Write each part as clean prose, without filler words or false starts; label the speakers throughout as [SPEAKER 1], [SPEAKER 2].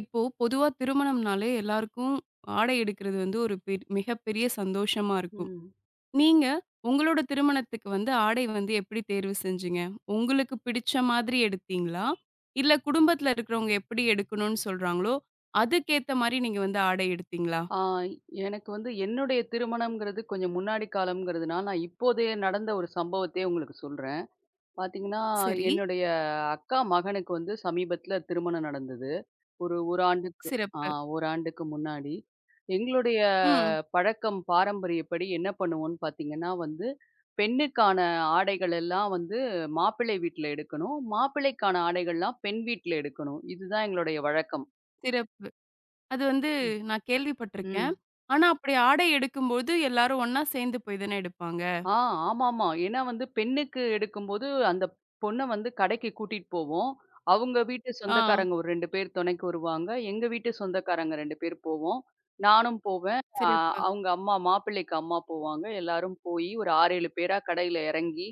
[SPEAKER 1] இப்போ பொதுவா திருமணம்னாலே எல்லாருக்கும் ஆடை எடுக்கிறது வந்து ஒரு மிகப்பெரிய சந்தோஷமா இருக்கும்.
[SPEAKER 2] ம்.
[SPEAKER 1] நீங்க உங்களோட திருமணத்துக்கு வந்து ஆடை வந்து எப்படி தேர்வு செஞ்சீங்க? உங்களுக்கு பிடிச்ச மாதிரி எடுத்தீங்களா? இல்ல குடும்பத்துல இருக்கிறவங்க எப்படி எடுக்கணும்னு சொல்றாங்களோ, அதுக்கேத்த மாரி நீங்க வந்து ஆடை எடுத்தீங்களா?
[SPEAKER 2] ஆ. எனக்கு வந்து என்னுடைய திருமணம்ங்கிறது கொஞ்சம் முன்னாடி காலம்ங்கிறதுனால, நான் இப்போதைய நடந்த ஒரு சம்பவத்தையே உங்களுக்கு சொல்றேன். பார்த்தீங்கன்னா,
[SPEAKER 1] சரி,
[SPEAKER 2] என்னுடைய அக்கா மகனுக்கு வந்து சமீபத்தில திருமணம் நடந்தது. ஒரு 1 ஆண்டுக்கு ஆ
[SPEAKER 1] சிறப்பு.
[SPEAKER 2] 1 ஆண்டுக்கு முன்னாடி. எங்களுடைய
[SPEAKER 1] ம்.
[SPEAKER 2] பழக்கம் பாரம்பரியப்படி என்ன பண்ணுவோம்ன்னு பார்த்தீங்கன்னா வந்து, பெண்ணுக்கான ஆடைகள் எல்லாம் வந்து மாப்பிள்ளை வீட்ல எடுக்கணும். மாப்பிள்ளைக்கான ஆடைகள்லாம் பெண் வீட்ல எடுக்கணும். இதுதான் எங்களுடைய வழக்கம்.
[SPEAKER 1] சிறப்பு. அது வந்து நான் கேள்விப்பட்டுருக்கேன்.
[SPEAKER 2] ம்.
[SPEAKER 1] ஆனா அப்படி ஆடை எடுக்கும்போது எல்லாரும் ஒண்ணா சேர்ந்து போய் தானே எடுப்பாங்க.
[SPEAKER 2] ஆ ஆமாமா. ஏன்னா வந்து பெண்ணுக்கு எடுக்கும்போது, அந்த பொண்ண வந்து கடைக்கு கூட்டிட்டு போவோம். அவங்க வீட்டு
[SPEAKER 1] ஆ.
[SPEAKER 2] சொந்தக்காரங்க ஒரு 2 பேர் துணைக்கு வருவாங்க. எங்க வீட்டு சொந்தக்காரங்க 2 பேர் போவோம். நானும் போவேன். அ
[SPEAKER 1] சிறப்பு.
[SPEAKER 2] அவங்க அம்மா மாப்பிள்ளைக்கு அம்மா போவாங்க. எல்லாரும் போயி ஒரு 6, 7 பேரா கடையில இறங்கி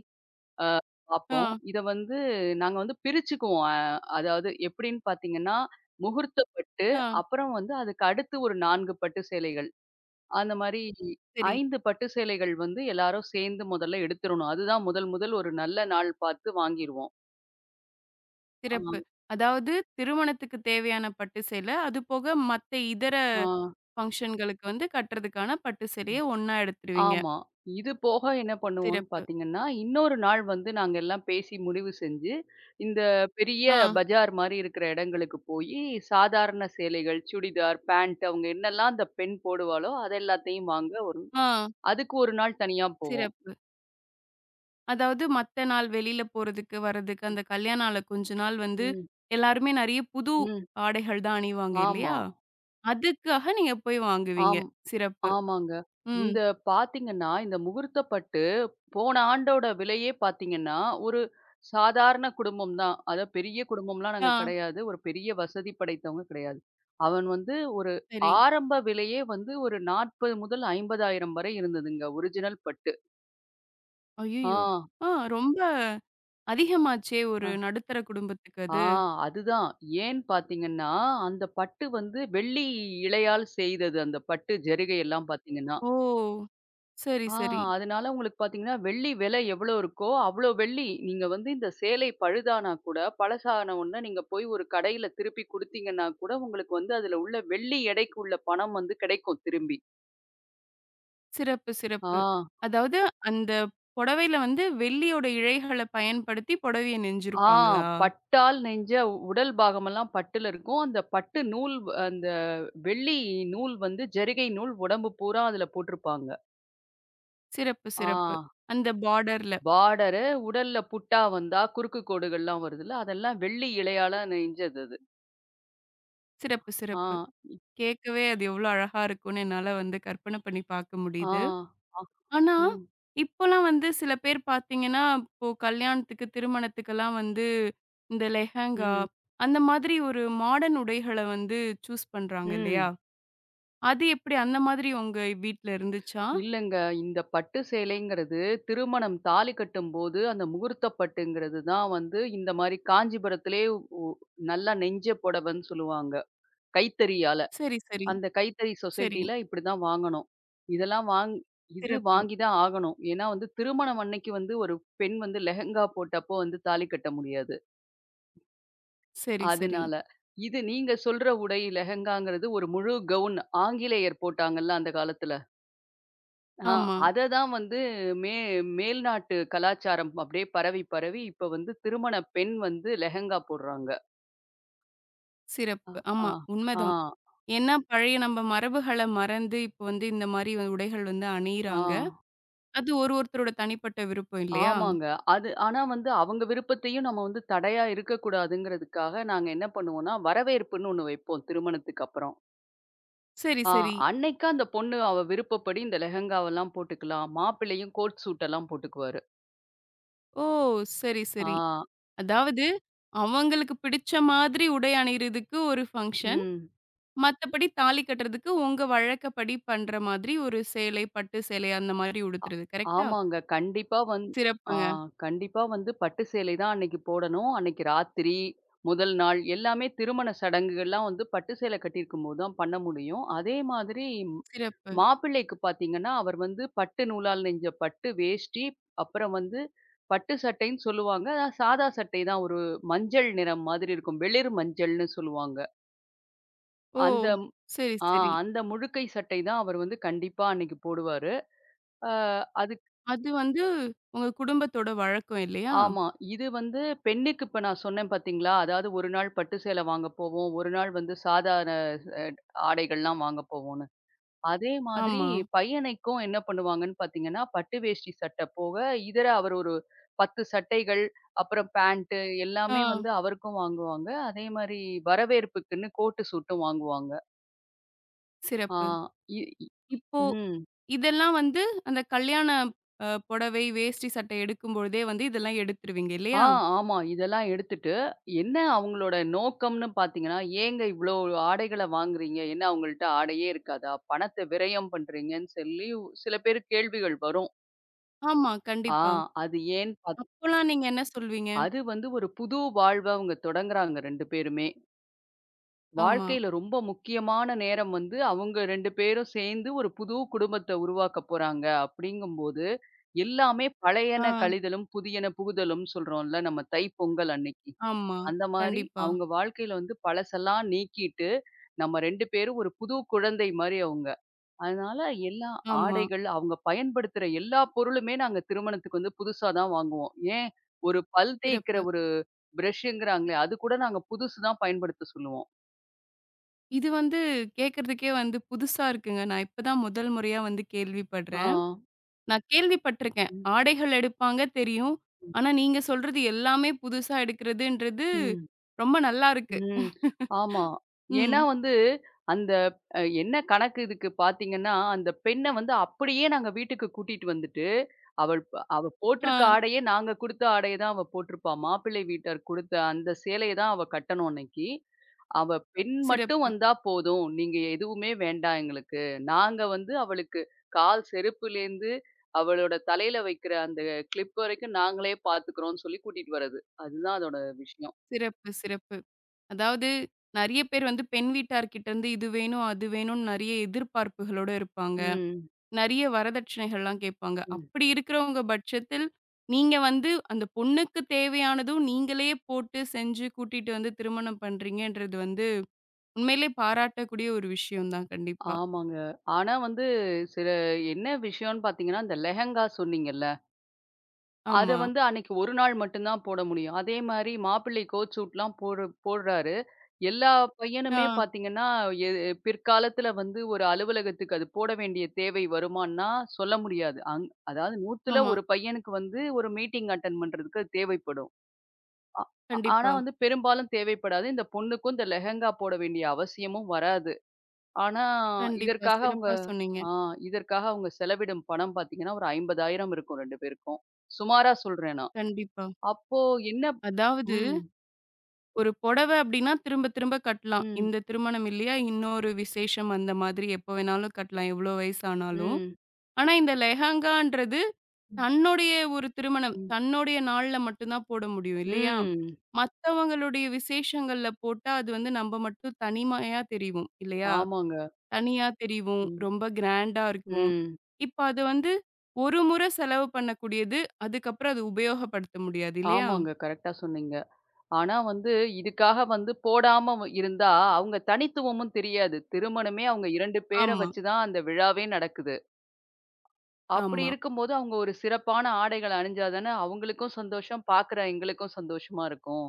[SPEAKER 2] பார்ப்போம்.
[SPEAKER 1] ஆ,
[SPEAKER 2] இத வந்து நாங்க வந்து பிரிச்சுக்குவோம். அதாவது எப்படின்னு பார்த்தீங்கன்னா, முகூர்த்த பட்டு,
[SPEAKER 1] ஆ.
[SPEAKER 2] அப்புறம் வந்து அதுக்கு அடுத்து ஒரு 4 பட்டு சேலைகள். அந்த மாரி
[SPEAKER 1] சரி.
[SPEAKER 2] 5 பட்டு சேலைகள் வந்து எல்லாரும் சேர்ந்து முதல்ல எடுத்துறணும். அதுதான் முதல் முதல் ஒரு நல்ல நாள் பார்த்து வாங்கிருவோம். ஆ,
[SPEAKER 1] சிறப்பு. அதாவது திருமணத்துக்கு தேவையான பட்டு சேலை, அதுபோக மத்த இதர
[SPEAKER 2] ஆ,
[SPEAKER 1] ஃபங்ஷன்களுக்கு வந்து கட்டுறதுக்கான பட்டு சேலைய ஒண்ணா எடுத்துருவீங்க.
[SPEAKER 2] ஆமா. இது போக என்ன பண்ணுவோம்ன்னு
[SPEAKER 1] சிறப்பு.
[SPEAKER 2] பார்த்தீங்கன்னா, இன்னொரு நாள் வந்து நாங்க எல்லாம் பேசி முடிவு செஞ்சு, இந்த பெரிய
[SPEAKER 1] ஆ,
[SPEAKER 2] பஜார் மாரி இருக்கிற இடங்களுக்கு போயி, சாதாரண சேலைகள், சுடிதார், பேண்ட் அவங்க என்னெல்லாம் அந்த பெண் போடுவாளோ, அது எல்லாத்தையும் வாங்க
[SPEAKER 1] ஆ,
[SPEAKER 2] அதுக்கு ஒரு நாள் தனியா போவோம்.
[SPEAKER 1] சிறப்பு. அதாவது மத்த நாள் வெளியில போறதுக்கு, வர்றதுக்கு அந்த கல்யாண ஆல கொஞ்ச நாள் வந்து
[SPEAKER 2] ம்,
[SPEAKER 1] எல்லாருமே நெறைய புது
[SPEAKER 2] ம்.
[SPEAKER 1] ஆடைகள் தான் அணிவாங்க
[SPEAKER 2] ஆமா.
[SPEAKER 1] இல்லையா? அதுக்காக நீங்க போய் வாங்குவீங்க.
[SPEAKER 2] ஆம்.
[SPEAKER 1] சிறப்பு.
[SPEAKER 2] ஆமாங்க.
[SPEAKER 1] ம்.
[SPEAKER 2] இந்த பார்த்தீங்கன்னா, இந்த முகூர்த்த பட்டு போன ஆண்டோட விலையே பார்த்தீங்கன்னா, ஒரு சாதாரண குடும்பம் தான். அதாவது பெரிய குடும்பம்லாம் நாங்க
[SPEAKER 1] ஆ,
[SPEAKER 2] கிடையாது. ஒரு பெரிய வசதி படைத்தவங்க கிடையாது. அவன் வந்து ஒரு
[SPEAKER 1] சரி.
[SPEAKER 2] ஆரம்ப விலையே வந்து ஒரு 40 முதல் 50,000 வரை இருந்ததுங்க. ஒரிஜினல் பட்டு. ஆ,
[SPEAKER 1] அய்யய்யோ! ஆ ரொம்ப அதிகமாச்சே!
[SPEAKER 2] அ,
[SPEAKER 1] ஒரு நடுத்தர குடும்பத்துக்கு
[SPEAKER 2] ஆ.
[SPEAKER 1] அது.
[SPEAKER 2] அதுதான். ஏன்னு பார்த்தீங்கன்னா, அந்த பட்டு வந்து வெள்ளி இழையால் செய்தது அந்த பட்டு ஜரிகை எல்லாம் பார்த்தீங்கன்னா.
[SPEAKER 1] ஓ! சரி,
[SPEAKER 2] ஆ.
[SPEAKER 1] சரி.
[SPEAKER 2] அதனால உங்களுக்கு பார்த்தீங்கன்னா, வெள்ளி விலை எவ்வளோ இருக்கோ, அவ்வளோ வெள்ளி நீங்க வந்து இந்த சேலை பழுதானா கூட, பழசான உடனே நீங்க போய் ஒரு கடையில திருப்பி குடுத்தீங்கன்னா கூட, உங்களுக்கு வந்து அதில உள்ள வெள்ளி எடைக்கு உள்ள பணம் வந்து கிடைக்கும் திரும்பி.
[SPEAKER 1] சிறப்பு,
[SPEAKER 2] ஆ,
[SPEAKER 1] சிறப்பு. அதாவது அந்த புடவையில வந்து வெள்ளியோட இழைகள பயன்படுத்தி புடவைய
[SPEAKER 2] ஆ
[SPEAKER 1] நெஞ்சிருப்பாங்களா?
[SPEAKER 2] பட்டால் நெஞ்ச உடல் பாகமெல்லாம் பட்டுல இருக்கும். அந்த வெள்ளி நூல் வந்து ஜரிகை நூல் உடம்பு பூரா அதில போட்டிருப்பாங்க.
[SPEAKER 1] சிறப்பு,
[SPEAKER 2] ஆ.
[SPEAKER 1] சிறப்பு. அந்த பார்டர்ல.
[SPEAKER 2] பார்டரு, உடல்ல புட்டா வந்தா குறுக்கு கோடுகள்லாம் வருதுல்ல, அதெல்லாம் வெள்ளி இழையால நெய்ஞ்சது அது.
[SPEAKER 1] சிறப்பு,
[SPEAKER 2] ஆ.
[SPEAKER 1] சிறப்பு. கேட்கவே அது எவ்வளோ அழகா இருக்கும்னு என்னால வந்து கற்பனை பண்ணி பார்க்க
[SPEAKER 2] ஆ.
[SPEAKER 1] முடியுது.
[SPEAKER 2] அ.
[SPEAKER 1] ஆனா,
[SPEAKER 2] ம்.
[SPEAKER 1] இப்போலாம் வந்து சில பேர் பார்த்தீங்கன்னா, இப்போ கல்யாணத்துக்கு, திருமணத்துக்கெல்லாம் வந்து இந்த லெஹெங்கா,
[SPEAKER 2] ம்.
[SPEAKER 1] அந்த மாதிரி ஒரு மாடர்ன் உடைகள வந்து சூஸ் பண்றாங்க இல்லையா?
[SPEAKER 2] ம்.
[SPEAKER 1] அது எப்படி அந்த மாதிரி உங்க வீட்ல இருந்துச்சா?
[SPEAKER 2] இல்லங்க. இந்த பட்டு சேலைங்கிறது திருமணம் தாலி கட்டும்போது அந்த முகூர்த்த பட்டுங்கிறது தான் வந்து இந்த மாரி காஞ்சிபுரத்திலே உ நல்லா நெஞ்ச புடவைன்னு சொல்லுவாங்க. கைத்தறியால.
[SPEAKER 1] சரி, சரி,
[SPEAKER 2] அந்த கைத்தறி
[SPEAKER 1] சரி.
[SPEAKER 2] சொசைட்டில இப்படி தான் வாங்கணும். இதெல்லாம் வாங் இது
[SPEAKER 1] சிறப்பு.
[SPEAKER 2] வாங்கி தான் ஆகணும். ஏன்னா வந்து திருமணம் அன்னைக்கு வந்து ஒரு பெண் வந்து லெஹெங்கா போட்டப்போ வந்து தாலி கட்ட முடியாது.
[SPEAKER 1] சரி, சரி.
[SPEAKER 2] அதனால. இது நீங்க சொல்ற உடை லெஹெங்காங்கிறது ஒரு முழு கவுன். ஆங்கிலேயர் போட்டாங்கல்ல அந்த காலத்துல. ஆ.
[SPEAKER 1] ஆமா.
[SPEAKER 2] அத தான் வந்து மே மேல்நாட்டு கலாச்சாரம் அப்படியே பரவி, பரவி இப்ப வந்து திருமண பெண் வந்து லெஹெங்கா போடுறாங்க. அ
[SPEAKER 1] சிறப்பு. ஆமா,
[SPEAKER 2] ஆ ஆ
[SPEAKER 1] உண்மதான். ஏன்னா பழைய நம்ம மரபுகள மறந்து, இப்ப வந்து இந்த மாரி உடைகள் வந்து
[SPEAKER 2] ஆ
[SPEAKER 1] அணியிறாங்க. அது ஒரு ஒருத்தரோட தனிப்பட்ட விருப்பம் இல்லையா?
[SPEAKER 2] ஆமாங்க. அது ஆனா வந்து அவங்க விருப்பத்தையும் நம்ம வந்து தடையா இருக்கக்கூடாதுங்கிறதுக்காக நாங்க என்ன பண்ணுவோம்னா, வரவேற்புன்னு ஒண்ணு வைப்போம் திருமணத்துக்கு அப்புறம்.
[SPEAKER 1] சரி,
[SPEAKER 2] ஆ.
[SPEAKER 1] சரி.
[SPEAKER 2] அன்னைக்கு அந்த பொண்ணு அவ விருப்பப்படி இந்த லெஹெங்காவெல்லாம் போட்டுக்கலாம். மாப்பிள்ளையும் கோட் சூட் எல்லாம் போட்டுக்குவாரு.
[SPEAKER 1] ஓ! சரி,
[SPEAKER 2] ஆ.
[SPEAKER 1] சரி. அதாவது அவங்களுக்கு பிடிச்ச மாதிரி உடை அணியிறதுக்கு ஒரு ஃபங்ஷன்.
[SPEAKER 2] ம்.
[SPEAKER 1] மத்தபடி தாலி கட்டுறதுக்கு உங்க வழக்கப்படி பண்ற மாதிரி ஒரு சேலை, பட்டு சேலை அந்த மாதிரி
[SPEAKER 2] அ
[SPEAKER 1] உடுத்துறது. கரெக்ட்டா?
[SPEAKER 2] ஆமாங்க. ஆ
[SPEAKER 1] சிறப்புங்க.
[SPEAKER 2] கண்டிப்பா வந்து பட்டு சேலை தான் அன்னைக்கு போடணும். அன்னைக்கு ராத்திரி, முதல் நாள் எல்லாமே திருமண சடங்குகள்லாம் வந்து பட்டு சேலை கட்டியிருக்கும்போது தான் பண்ண முடியும். அதே மாதிரி ம்-
[SPEAKER 1] சிறப்பு.
[SPEAKER 2] மாப்பிள்ளைக்கு பார்த்தீங்கன்னா, அவர் வந்து பட்டு நூலால் நெஞ்ச பட்டு வேஷ்டி, அப்புறம் வந்து பட்டு சட்டைன்னு சொல்லுவாங்க. ஆனா சாதா சட்டை தான் ஒரு மஞ்சள் நிறம் மாதிரி இருக்கும். வெளிர் மஞ்சள்னு சொல்லுவாங்க.
[SPEAKER 1] ஓ!
[SPEAKER 2] அந்த
[SPEAKER 1] சரி,
[SPEAKER 2] ஆ
[SPEAKER 1] சரி.
[SPEAKER 2] அந்த முழுக்கை சட்டை தான் அவர் வந்து கண்டிப்பா அன்னைக்கு போடுவாரு. அ அது
[SPEAKER 1] அது வந்து உங்க குடும்பத்தோட வழக்கம் இல்லையா?
[SPEAKER 2] ஆமா. இது வந்து பெண்ணுக்கு இப்ப நான் சொன்னேன் பார்த்தீங்களா, அதாவது ஒரு நாள் பட்டு சேலை வாங்க போவோம். ஒரு நாள் வந்து சாதாரண அ ஆடைகள்லாம் வாங்க போவோம்ன்னு. அதே மாதிரி
[SPEAKER 1] ஆமா.
[SPEAKER 2] பையனைக்கும் என்ன பண்ணுவாங்கன்னு பார்த்தீங்கன்னா, பட்டு வேஷ்டி சட்டை போக இதர அவர் ஒரு 10 சட்டைகள், அப்புறம் பேண்ட்டு
[SPEAKER 1] ஆ.
[SPEAKER 2] எல்லாமே வந்து அவருக்கும் வாங்குவாங்க. அதே மாரி வரவேற்புக்குன்னு கோட்டு சூட்டும் வாங்குவாங்க. ஆ
[SPEAKER 1] சிறப்பு.
[SPEAKER 2] இ இ
[SPEAKER 1] இப்போ
[SPEAKER 2] ம்.
[SPEAKER 1] இதெல்லாம் வந்து அந்த கல்யாண புடவை, வேஷ்டி சட்டை எடுக்கும் பொழுதே வந்து இதெல்லாம் எடுத்துருவீங்க
[SPEAKER 2] ஆ,
[SPEAKER 1] இல்லையா?
[SPEAKER 2] ஆமா. இதெல்லாம் எடுத்துட்டு, என்ன அவங்களோட நோக்கம்னு பார்த்தீங்கன்னா, "ஏங்க இவ்ளோ ஆடைகள வாங்குறீங்க? என்ன அவங்கள்ட்ட ஆடையே இருக்காதா? பணத்த விரயம் பண்றீங்கன்னு" சொல்லி சில பேர் கேள்விகள் வரும்.
[SPEAKER 1] ஆமா.
[SPEAKER 2] ஆ
[SPEAKER 1] கண்டிப்பா.
[SPEAKER 2] அது ஏன்னு பாத்
[SPEAKER 1] அப்போலாம் நீங்க என்ன சொல்வீங்க?
[SPEAKER 2] அது வந்து ஒரு புது வாழ்வ அவங்க தொடங்குறாங்க 2 பேருமே.
[SPEAKER 1] ஆமா.
[SPEAKER 2] வாழ்க்கையில ரொம்ப முக்கியமான நேரம் வந்து அவங்க 2 பேரும் சேர்ந்து ஒரு புது குடும்பத்த உருவாக்கப் போறாங்க அப்படிங்கும்போது, எல்லாமே
[SPEAKER 1] ஆ.
[SPEAKER 2] பழையன கழிதலும், புதியன புகுதலும்னு சொல்றோம்ல நம்ம தைப்பொங்கல் அன்னைக்கு.
[SPEAKER 1] ஆமா.
[SPEAKER 2] அந்த மாரி
[SPEAKER 1] கண்டிப்பா.
[SPEAKER 2] அவங்க வாழ்க்கையில வந்து பழசெல்லாம் நீக்கிட்டு, நம்ம 2 பேரும் ஒரு புது குழந்தை மாரி அவங்க. அதனால எல்லா
[SPEAKER 1] ஆமா.
[SPEAKER 2] ஆடைகள், அவங்க பயன்படுத்துற எல்லா பொருளுமே நாங்க திருமணத்துக்கு வந்து புதுசா தான் வாங்குவோம். ஏன் ஒரு பல் தேய்க்கிற
[SPEAKER 1] சிறப்பு.
[SPEAKER 2] ஒரு பிரஷ்ங்கிறாங்களே, அது கூட நாங்க புதுசு தான் பயன்படுத்த சொல்லுவோம்.
[SPEAKER 1] இது வந்து கேட்கறதுக்கே வந்து புதுசா இருக்குங்க. நான் இப்ப தான் முதல் முறையா வந்து
[SPEAKER 2] ஆ.
[SPEAKER 1] கேள்விப்படுறேன். நான் கேள்விப்பட்டுருக்கேன்.
[SPEAKER 2] ம்.
[SPEAKER 1] ஆடைகள் எடுப்பாங்க தெரியும்.
[SPEAKER 2] ம்.
[SPEAKER 1] ஆனா நீங்க சொல்றது எல்லாமே புதுசா எடுக்கிறதுன்றது
[SPEAKER 2] ம்.
[SPEAKER 1] ரொம்ப நல்லா இருக்கு.
[SPEAKER 2] ம். ஆமா. ஏன்னா
[SPEAKER 1] ம்.
[SPEAKER 2] வந்து, அந்த என்ன கணக்கு இதுக்கு பார்த்தீங்கன்னா, அந்த பெண்ண வந்து அப்படியே நாங்க வீட்டுக்கு கூட்டிட்டு வந்துட்டு, அவள் ப அவ
[SPEAKER 1] ஆ.
[SPEAKER 2] போட்டிருக்க ஆடையே நாங்க குடுத்த ஆடைய தான் அவ போட்டிருப்பா. மாப்பிள்ளை வீட்டார் குடுத்த அந்த சேலைய தான் அவ கட்டணும் அன்னைக்கு. அவ பெண் மட்டும்
[SPEAKER 1] சிறப்பு.
[SPEAKER 2] வந்தா போதும். நீங்க எதுவுமே வேண்டாம் எங்களுக்கு. நாங்க வந்து அவளுக்கு கால் செருப்புலேருந்து, அவளோட தலையில வைக்கிற அந்த கிளிப் வரைக்கும் நாங்களே பார்த்துக்கிறோம்னு சொல்லி கூட்டிட்டு வர்றது. அதுதான் அதோட விஷயம்.
[SPEAKER 1] சிறப்பு, சிறப்பு. அதாவது நெறைய பேர் வந்து பெண் வீட்டார்கிட்ட இருந்து இது வேணும், அது வேணும்னு நெறைய எதிர்பார்ப்புகளோட இருப்பாங்க.
[SPEAKER 2] ம்.
[SPEAKER 1] நெறைய வரதட்சணைகள்லாம் கேட்பாங்க.
[SPEAKER 2] ம்.
[SPEAKER 1] அப்படி இருக்கிறவங்க பட்சத்தில், நீங்க வந்து அந்த பொண்ணுக்கு தேவையானதும் நீங்களே போட்டு செஞ்சு கூட்டிட்டு வந்து திருமணம் பண்றீங்கன்றது வந்து உண்மையிலே பாராட்டக்கூடிய ஒரு விஷயம் தான் கண்டிப்பா.
[SPEAKER 2] ஆமாங்க. ஆனா வந்து சில என்ன விஷயம்ன்னு பார்த்தீங்கன்னா, இந்த லெஹெங்கா சொன்னீங்கல்ல, அத
[SPEAKER 1] ஆமா.
[SPEAKER 2] வந்து அன்னைக்கு ஒரு நாள் மட்டும் தான் போட முடியும். அதே மாரி மாப்பிள்ளை கோட் சூட்லாம் போடுறாரு. எல்லா பையனுமே
[SPEAKER 1] ஆ,
[SPEAKER 2] பார்த்தீங்கன்னா, எ பிற்காலத்தில வந்து ஒரு அலுவலகத்துக்கு அது போட வேண்டிய தேவை வருமான்னா, சொல்ல முடியாது. அதாவது 100ல
[SPEAKER 1] ஆமா.
[SPEAKER 2] ஒரு பையனுக்கு வந்து ஒரு மீட்டிங் அட்டெண்ட் பண்றதுக்கு அது தேவைப்படும். அ ஆனா
[SPEAKER 1] கண்டிப்பா,
[SPEAKER 2] வந்து பெரும்பாலும் தேவைப்படாது. இந்த பொண்ணுக்கும் இந்த லெஹெங்கா போட வேண்டிய அவசியமும் வராது. ஆனா,
[SPEAKER 1] கண்டிப்பா.
[SPEAKER 2] இதற்காக அவங்க
[SPEAKER 1] சிறப்பா
[SPEAKER 2] ஆ
[SPEAKER 1] சொன்னீங்க.
[SPEAKER 2] இதற்காக அவங்க செலவிடும் பணம் பார்த்தீங்கன்னா, ஒரு 50,000 இருக்கும் 2 பேருக்கும். சுமாரா சொல்றேன் நான்.
[SPEAKER 1] கண்டிப்பா.
[SPEAKER 2] அப்போ என்ன
[SPEAKER 1] அதாவது
[SPEAKER 2] ம்,
[SPEAKER 1] ஒரு புடவ அப்டின்னா, திரும்ப திரும்ப கட்டலாம்.
[SPEAKER 2] ம்,
[SPEAKER 1] இந்த திருமணம் இல்லையா, இன்னொரு விசேஷம் அந்த மாதிரி எப்ப வேணாலும் கட்டலாம், எவ்ளோ வயசானாலும்.
[SPEAKER 2] ம்,
[SPEAKER 1] ஆனா, இந்த லெஹங்கான்றது தன்னுடைய ஒரு திருமணம்,
[SPEAKER 2] ம்,
[SPEAKER 1] தன்னுடைய நாள்ல மட்டும் தான் போட முடியும் இல்லையா?
[SPEAKER 2] ம்.
[SPEAKER 1] மத்தவங்களுடைய விசேஷங்கள்ல போட்டா, அது வந்து நம்ம மட்டும் தனிமையா தெரிவோம் இல்லையா?
[SPEAKER 2] ஆமாங்க.
[SPEAKER 1] தனியா தெரிவோம்,
[SPEAKER 2] ம்,
[SPEAKER 1] ரொம்ப கிராண்டா இருக்கும்.
[SPEAKER 2] ம்.
[SPEAKER 1] இப்ப அது வந்து ஒரு முறை செலவு பண்ணக்கூடியது, அதுக்கப்புறம் அது உபயோகப்படுத்த முடியாது இல்லையா?
[SPEAKER 2] ஆமாங்க. கரெக்ட்டா சொன்னீங்க. ஆனா வந்து இதுக்காக வந்து போடாம இருந்தா, அவங்க தனித்துவமும் தெரியாது. திருமணமே அவங்க 2 பேர
[SPEAKER 1] ஆமா,
[SPEAKER 2] வச்சு தான் அந்த விழாவே நடக்குது. அப்படி
[SPEAKER 1] ஆமா.
[SPEAKER 2] இருக்கும்போது, அவங்க ஒரு சிறப்பான ஆடைகள அணிஞ்சா தானே அவங்களுக்கும் சந்தோஷம், பார்க்குற எங்களுக்கும் சந்தோஷமா இருக்கும்.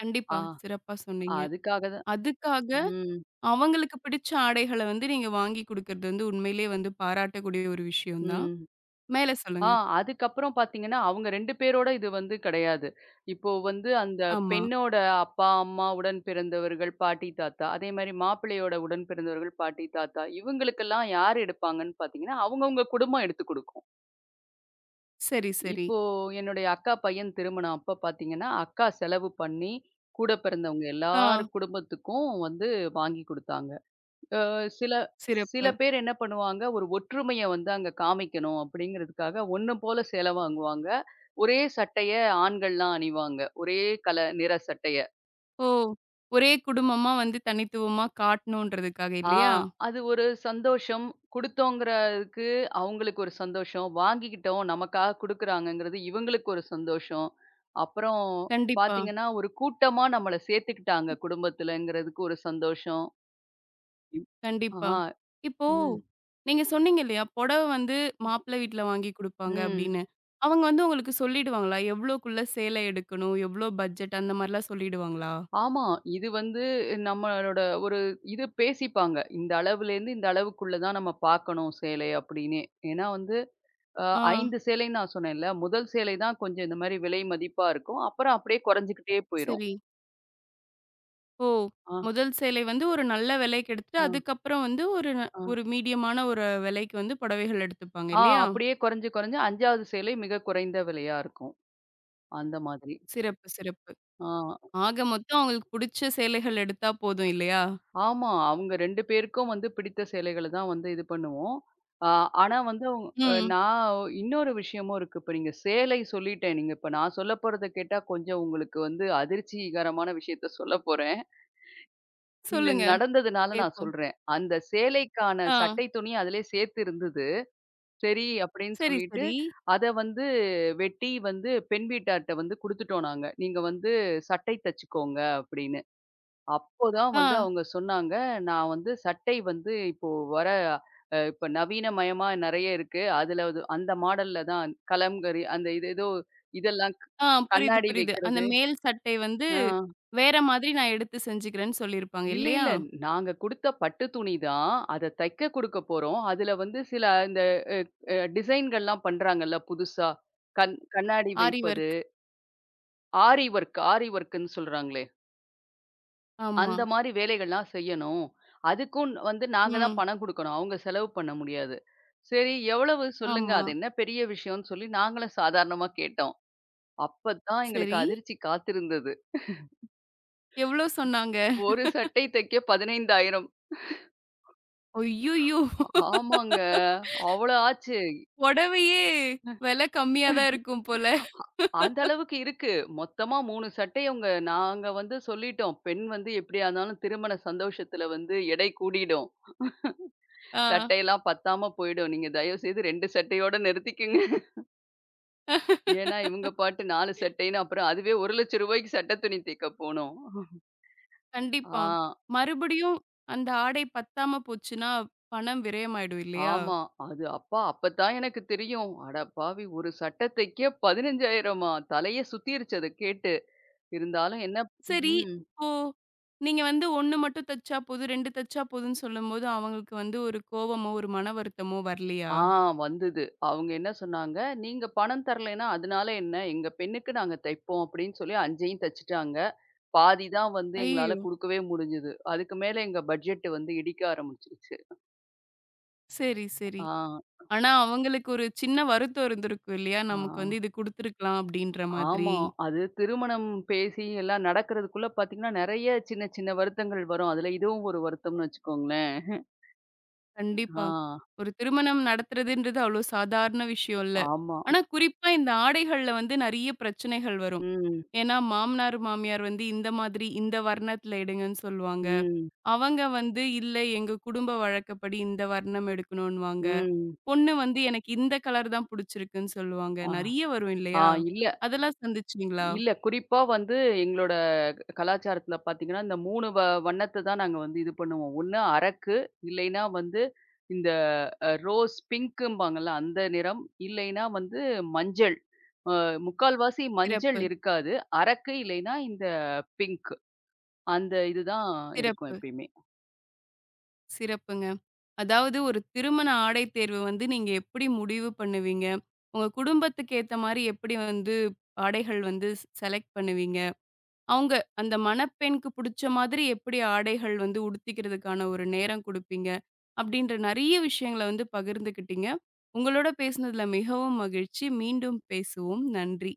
[SPEAKER 1] கண்டிப்பா.
[SPEAKER 2] ஆ.
[SPEAKER 1] சிறப்பா சொன்னீங்க.
[SPEAKER 2] அதுக்காக தான்.
[SPEAKER 1] அதுக்காக
[SPEAKER 2] ம்.
[SPEAKER 1] அவங்களுக்கு பிடிச்ச ஆடைகள வந்து நீங்க வாங்கி குடுக்குறது வந்து உண்மையிலேயே வந்து பாராட்டக்கூடிய ஒரு விஷயம் தான்.
[SPEAKER 2] ம்.
[SPEAKER 1] மேல
[SPEAKER 2] ஆ.
[SPEAKER 1] சொல்லுங்க.
[SPEAKER 2] அதுக்கப்புறம் பார்த்தீங்கன்னா, அவங்க 2 பேரோட இது வந்து கிடையாது. இப்போ வந்து அந்த
[SPEAKER 1] ஆமா.
[SPEAKER 2] பெண்ணோட அப்பா, அம்மா, உடன் பிறந்தவர்கள், பாட்டி, தாத்தா. அதேமாரி மாப்பிள்ளையோட உடன் பிறந்தவர்கள், பாட்டி, தாத்தா. இவங்களுக்கெல்லாம் யார் எடுப்பாங்கன்னு பார்த்தீங்கன்னா, அவங்கவங்க குடும்பம் எடுத்துக் குடுக்கும்.
[SPEAKER 1] சரி, சரி.
[SPEAKER 2] இப்போ என்னுடைய அக்கா பையன் திருமணம் அப்ப பார்த்தீங்கன்னா, அக்கா செலவு பண்ணி, கூட பிறந்தவங்க
[SPEAKER 1] ஆ
[SPEAKER 2] எல்லார் குடும்பத்துக்கும் வந்து வாங்கி குடுத்தாங்க. சில சில
[SPEAKER 1] சிறப்பு.
[SPEAKER 2] பேர் என்ன பண்ணுவாங்க, ஒரு ஒற்றுமைய வந்து அங்க காமிக்கணும் அப்படிங்கிறதுக்காக, ஒண்ணு போல சேலை வாங்குவாங்க. ஒரே சட்டைய ஆண்கள்லாம் அணிவாங்க. ஒரே கலர் நிற சட்டைய.
[SPEAKER 1] ஓ! ஒரே குடும்பமா வந்து தனித்துவமா காட்டணுன்றதுக்காக
[SPEAKER 2] ஆ.
[SPEAKER 1] இல்லையா?
[SPEAKER 2] அது ஒரு சந்தோஷம். குடுத்தோங்கிறதுக்கு அவங்களுக்கு ஒரு சந்தோஷம். வாங்கிக்கிட்டோம் நமக்காக குடுக்குறாங்கங்கிறது இவங்களுக்கு ஒரு சந்தோஷம். அப்புறம்
[SPEAKER 1] கண்டிப்பா,
[SPEAKER 2] பார்த்தீங்கன்னா, ஒரு கூட்டமா நம்மள சேர்த்துக்கிட்டாங்க குடும்பத்துலங்கிறதுக்கு ஒரு சந்தோஷம். இப்
[SPEAKER 1] கண்டிப்பா.
[SPEAKER 2] ஆ.
[SPEAKER 1] இப்போ
[SPEAKER 2] ம்.
[SPEAKER 1] நீங்க சொன்னீங்க இல்லையா? புடவ வந்து மாப்பிள்ளை வீட்ல வாங்கி குடுப்பாங்க
[SPEAKER 2] ம்.
[SPEAKER 1] அப்படின்னு. அவங்க வந்து உங்களுக்கு சொல்லிடுவாங்களா? எவ்வளோக்குள்ள சேலை எடுக்கணும்? எவ்வளோ பட்ஜெட் அந்த மாரிலாம் சொல்லிடுவாங்களா?
[SPEAKER 2] ஆமா. இது வந்து நம்மளோட ஒரு இது பேசிப்பாங்க. இந்த அளவுலேருந்து இந்த அளவுக்குள்ள தான் நம்ம பார்க்கணும் சேலை அப்டின்னே. ஏன்னா வந்து அ
[SPEAKER 1] ஆ,
[SPEAKER 2] 5 சேலைன்னு நான் சொன்னேன்ல. முதல் சேலை தான் கொஞ்சம் இந்த மாரி விலை மதிப்பா இருக்கும். அப்புறம் அப்டியே குறைஞ்சுகிட்டே போயிரும்.
[SPEAKER 1] சரி. ஓ!
[SPEAKER 2] ஆ,
[SPEAKER 1] முதல் சேலை வந்து ஒரு நல்ல விலைக்கு எடுத்துட்டு,
[SPEAKER 2] ஆ,
[SPEAKER 1] அதுக்கப்புறம் வந்து
[SPEAKER 2] ஆ.
[SPEAKER 1] ஒரு மீடியமான ஒரு விலைக்கு வந்து புடவைகள் எடுத்துப்பாங்க
[SPEAKER 2] ஆ.
[SPEAKER 1] இல்லையா?
[SPEAKER 2] அப்டியே குறைஞ்சு, குறைஞ்சு 5வது சேலை மிக குறைந்த விலையா இருக்கும். அந்த மாதிரி.
[SPEAKER 1] சிறப்பு, சிறப்பு.
[SPEAKER 2] ஆ.
[SPEAKER 1] ஆக மொத்தம் அவங்களுக்கு புடிச்ச சேலைகள் எடுத்தா போதும் இல்லையா?
[SPEAKER 2] ஆமா. அவங்க 2 பேருக்கும் வந்து பிடித்த சேலைகள தான் வந்து இது பண்ணுவோம். ஆ ஆனா வந்து அவுங் அ
[SPEAKER 1] ம்.
[SPEAKER 2] நான் இன்னொரு விஷயமும் இருக்கு. இப்ப நீங்க சேலை சொல்லிட்டேன். நீங்க இப்ப நான் சொல்ல போறத கேட்டா கொஞ்சம் உங்களுக்கு வந்து அதிர்ச்சிகரமான விஷயத்த சொல்ல போறேன். இது
[SPEAKER 1] சொல்லுங்க
[SPEAKER 2] நடந்ததுனால நான்
[SPEAKER 1] கேட்போம்.
[SPEAKER 2] சொல்றேன். அந்த சேலைக்கான
[SPEAKER 1] ஆ.
[SPEAKER 2] சட்டை துணி அதிலயே சேர்த்து இருந்தது. சரி அப்படின்னு
[SPEAKER 1] சரி,
[SPEAKER 2] சொல்லிட்டு,
[SPEAKER 1] சரி.
[SPEAKER 2] அத வந்து வெட்டி வந்து பெண் வீட்டார்ட்ட வந்து குடுத்துட்டோம் நாங்க. "நீங்க வந்து சட்டை தச்சுக்கோங்க" அப்படின்னு. அப்போதான்
[SPEAKER 1] ஆ,
[SPEAKER 2] வந்து அவங்க சொன்னாங்க, நான் வந்து சட்டை வந்து இப்போ வர அ இப்ப நவீனமயமா நெறைய இருக்கு. அதுல அது அந்த மாடல்ல தான் கலம்கரி அந்த இது ஏதோ இதெல்லாம் க்
[SPEAKER 1] ஆ. புரியுது,
[SPEAKER 2] கண்ணாடி
[SPEAKER 1] புரியுது. அந்த
[SPEAKER 2] வைக்கிறது.
[SPEAKER 1] மேல் சட்டை வந்து
[SPEAKER 2] ஆ.
[SPEAKER 1] வேற மாதிரி நான் எடுத்து செஞ்சுக்கிறேன்னு சொல்லியிருப்பாங்க
[SPEAKER 2] இல்ல,
[SPEAKER 1] இல்லையா?
[SPEAKER 2] இல்ல. நாங்க குடுத்த பட்டு துணி தான். அத தைக்க குடுக்க போறோம். அதுல வந்து சில இந்த அ அ டிசைன்கள்லாம் பண்றாங்கல்ல புதுசா. கண்ணாடி
[SPEAKER 1] ஆரி
[SPEAKER 2] வைப்பது.
[SPEAKER 1] ஒர்க்.
[SPEAKER 2] ஆரி ஒர்க்ன்னு சொல்றாங்கல்ல.
[SPEAKER 1] ஆமா.
[SPEAKER 2] அந்த மாரி வேலைகள்லாம் செய்யணும். அதுக்கும் வந்து நாங்க தான்
[SPEAKER 1] ம்.
[SPEAKER 2] பணம் குடுக்கணும். அவங்க செலவு பண்ண முடியாது. சரி எவ்வளவு சொல்லுங்க.
[SPEAKER 1] ஆமா.
[SPEAKER 2] அது என்ன பெரிய விஷயம்ன்னு சொல்லி நாங்களும் சாதாரணமா கேட்டோம். அப்பதான் எங்களுக்கு
[SPEAKER 1] சரி.
[SPEAKER 2] அதிர்ச்சி காத்திருந்தது.
[SPEAKER 1] எவ்வளோ சொன்னாங்க?
[SPEAKER 2] ஒரு சட்டை தைக்க 15,000.
[SPEAKER 1] அய்யய்யோ!
[SPEAKER 2] ஆமாங்க. அவ்வளோ ஆச்சு.
[SPEAKER 1] புடவையே விலை கம்மியா தான் இருக்கும் போல.
[SPEAKER 2] அந்த அளவுக்கு இருக்கு. மொத்தமா 3 சட்டை அவங்க நாங்க வந்து சொல்லிட்டோம். பெண் வந்து எப்படியா இருந்தாலும் திருமண சந்தோஷத்துல வந்து எடை கூடிடும்.
[SPEAKER 1] ஆ.
[SPEAKER 2] சட்டையெல்லாம் பத்தாம போயிடும். நீங்க தயவு செய்து 2 சட்டையோட நிறுத்திக்கங்க. ஏன்னா, இவங்க பாட்டு 4 சட்டைன்னு அப்புறம் அதுவே ரூ. 1,00,000க்கு சட்ட துணி தைக்க போனோம்.
[SPEAKER 1] கண்டிப்பா.
[SPEAKER 2] ஆ,
[SPEAKER 1] மறுபடியும் அந்த ஆடை பத்தாம போச்சுன்னா, பணம் விரயமாயிடும் இல்லையா?
[SPEAKER 2] ஆமா. அது அப்பா அப்பதான் எனக்கு தெரியும். அடப்பாவி! ஒரு சட்ட தைக்க 15,000மா? தலையே சுத்திருச்சு அத கேட்டு. இருந்தாலும் என்ன.
[SPEAKER 1] சரி,
[SPEAKER 2] ம்.
[SPEAKER 1] இப்போ நீங்க வந்து 1 மட்டும் தச்சா போதும், 2 தச்சா போதும்ன்னு சொல்லும்போது, அவங்களுக்கு வந்து ஒரு கோவமோ, ஒரு மன வருத்தமோ வரலையா?
[SPEAKER 2] ஆ. வந்தது. அவங்க என்ன சொன்னாங்க, "நீங்க பணம் தரலைன்னா அதனால என்ன? எங்க பெண்ணுக்கு நாங்க தைப்போம்" அப்படின்னு சொல்லி 5யும் தச்சுட்டாங்க. பாதி தான் வந்து எங்களால
[SPEAKER 1] ஐயய்யோ!
[SPEAKER 2] குடுக்கவே முடிஞ்சது. அதுக்கு மேல எங்க பட்ஜெட் வந்து இடிக்க ஆரம்பிச்சுருச்சு.
[SPEAKER 1] சரி, சரி.
[SPEAKER 2] ஆ,
[SPEAKER 1] ஆனா, அவங்களுக்கு ஒரு சின்ன வருத்தம் இருந்திருக்கும் இல்லையா?
[SPEAKER 2] ஆ.
[SPEAKER 1] நமக்கு வந்து இது குடுத்துருக்கலாம் அப்படின்ற மாதிரி.
[SPEAKER 2] ஆமா. அது திருமணம் பேசி எல்லாம் நடக்கிறதுக்குள்ள பார்த்தீங்கன்னா, நெறைய சின்ன சின்ன வருத்தங்கள் வரும். அதுல இதுவும் ஒரு வருத்தம்னு வச்சுக்கோங்களேன். ஆ,
[SPEAKER 1] கண்டிப்பா. ஒரு திருமணம் நடத்துறதுன்றது அவ்ளோ சாதாரண விஷயம் இல்ல.
[SPEAKER 2] ஆமா.
[SPEAKER 1] ஆனா, குறிப்பா இந்த ஆடைகள்ல வந்து நெறைய பிரச்சனைகள் வரும்.
[SPEAKER 2] ம்,
[SPEAKER 1] ஏன்னா, மாமனார், மாமியார் வந்து இந்த மாதிரி இந்த வர்ணத்துல எடுங்கன்னு சொல்லுவாங்க.
[SPEAKER 2] ம்,
[SPEAKER 1] அவங்க வந்து இல்ல எங்க குடும்ப வழக்கப்படி இந்த வர்ணம் எடுக்கணுன்னுவாங்க.
[SPEAKER 2] ம்.
[SPEAKER 1] பொண்ணு வந்து எனக்கு இந்த கலர் தான் புடிச்சிருக்குன்னு சொல்லுவாங்க.
[SPEAKER 2] ஆ,
[SPEAKER 1] நெறைய வரும்
[SPEAKER 2] ஆ
[SPEAKER 1] இல்லையா?
[SPEAKER 2] இல்ல,
[SPEAKER 1] அதெல்லாம் சந்திச்சீங்களா?
[SPEAKER 2] இல்ல. குறிப்பா வந்து எங்களோட க- கலாச்சாரத்துல பார்த்தீங்கன்னா, இந்த 3 வண்ணத்த தான் நாங்க வந்து இது பண்ணுவோம். ஒண்ணு அரக்கு, இல்லைன்னா வந்து இந்த ரோஸ் பிங்க்கும்பாங்கல்ல அந்த நிறம், இல்லைன்னா வந்து மஞ்சள். அ முக்கால்வாசி மஞ்சள்
[SPEAKER 1] சிறப்பு,
[SPEAKER 2] இருக்காது. அரக்கு இல்லைன்னா இந்த பிங்க். அந்த இதுதான் இருக்கும்
[SPEAKER 1] சிறப்பு.
[SPEAKER 2] எப்பயுமே.
[SPEAKER 1] சிறப்புங்க. அதாவது ஒரு திருமண ஆடை தேர்வு வந்து நீங்க எப்படி முடிவு பண்ணுவீங்க? உங்க குடும்பத்துக்கு ஏத்த மாரி எப்படி வந்து ஆடைகள் வந்து செலக்ட் பண்ணுவீங்க? அவங்க அந்த மணப்பெண்ணுக்கு புடிச்ச மாதிரி எப்படி ஆடைகள் வந்து உடுத்திக்கிறதுக்கான ஒரு நேரம் குடுப்பீங்க? அப்படின்ற நெறைய விஷயங்கள வந்து பகிர்ந்துக்கிட்டீங்க. உங்களோட பேசினதுல மிகவும் மகிழ்ச்சி. மீண்டும் பேசுவோம். நன்றி.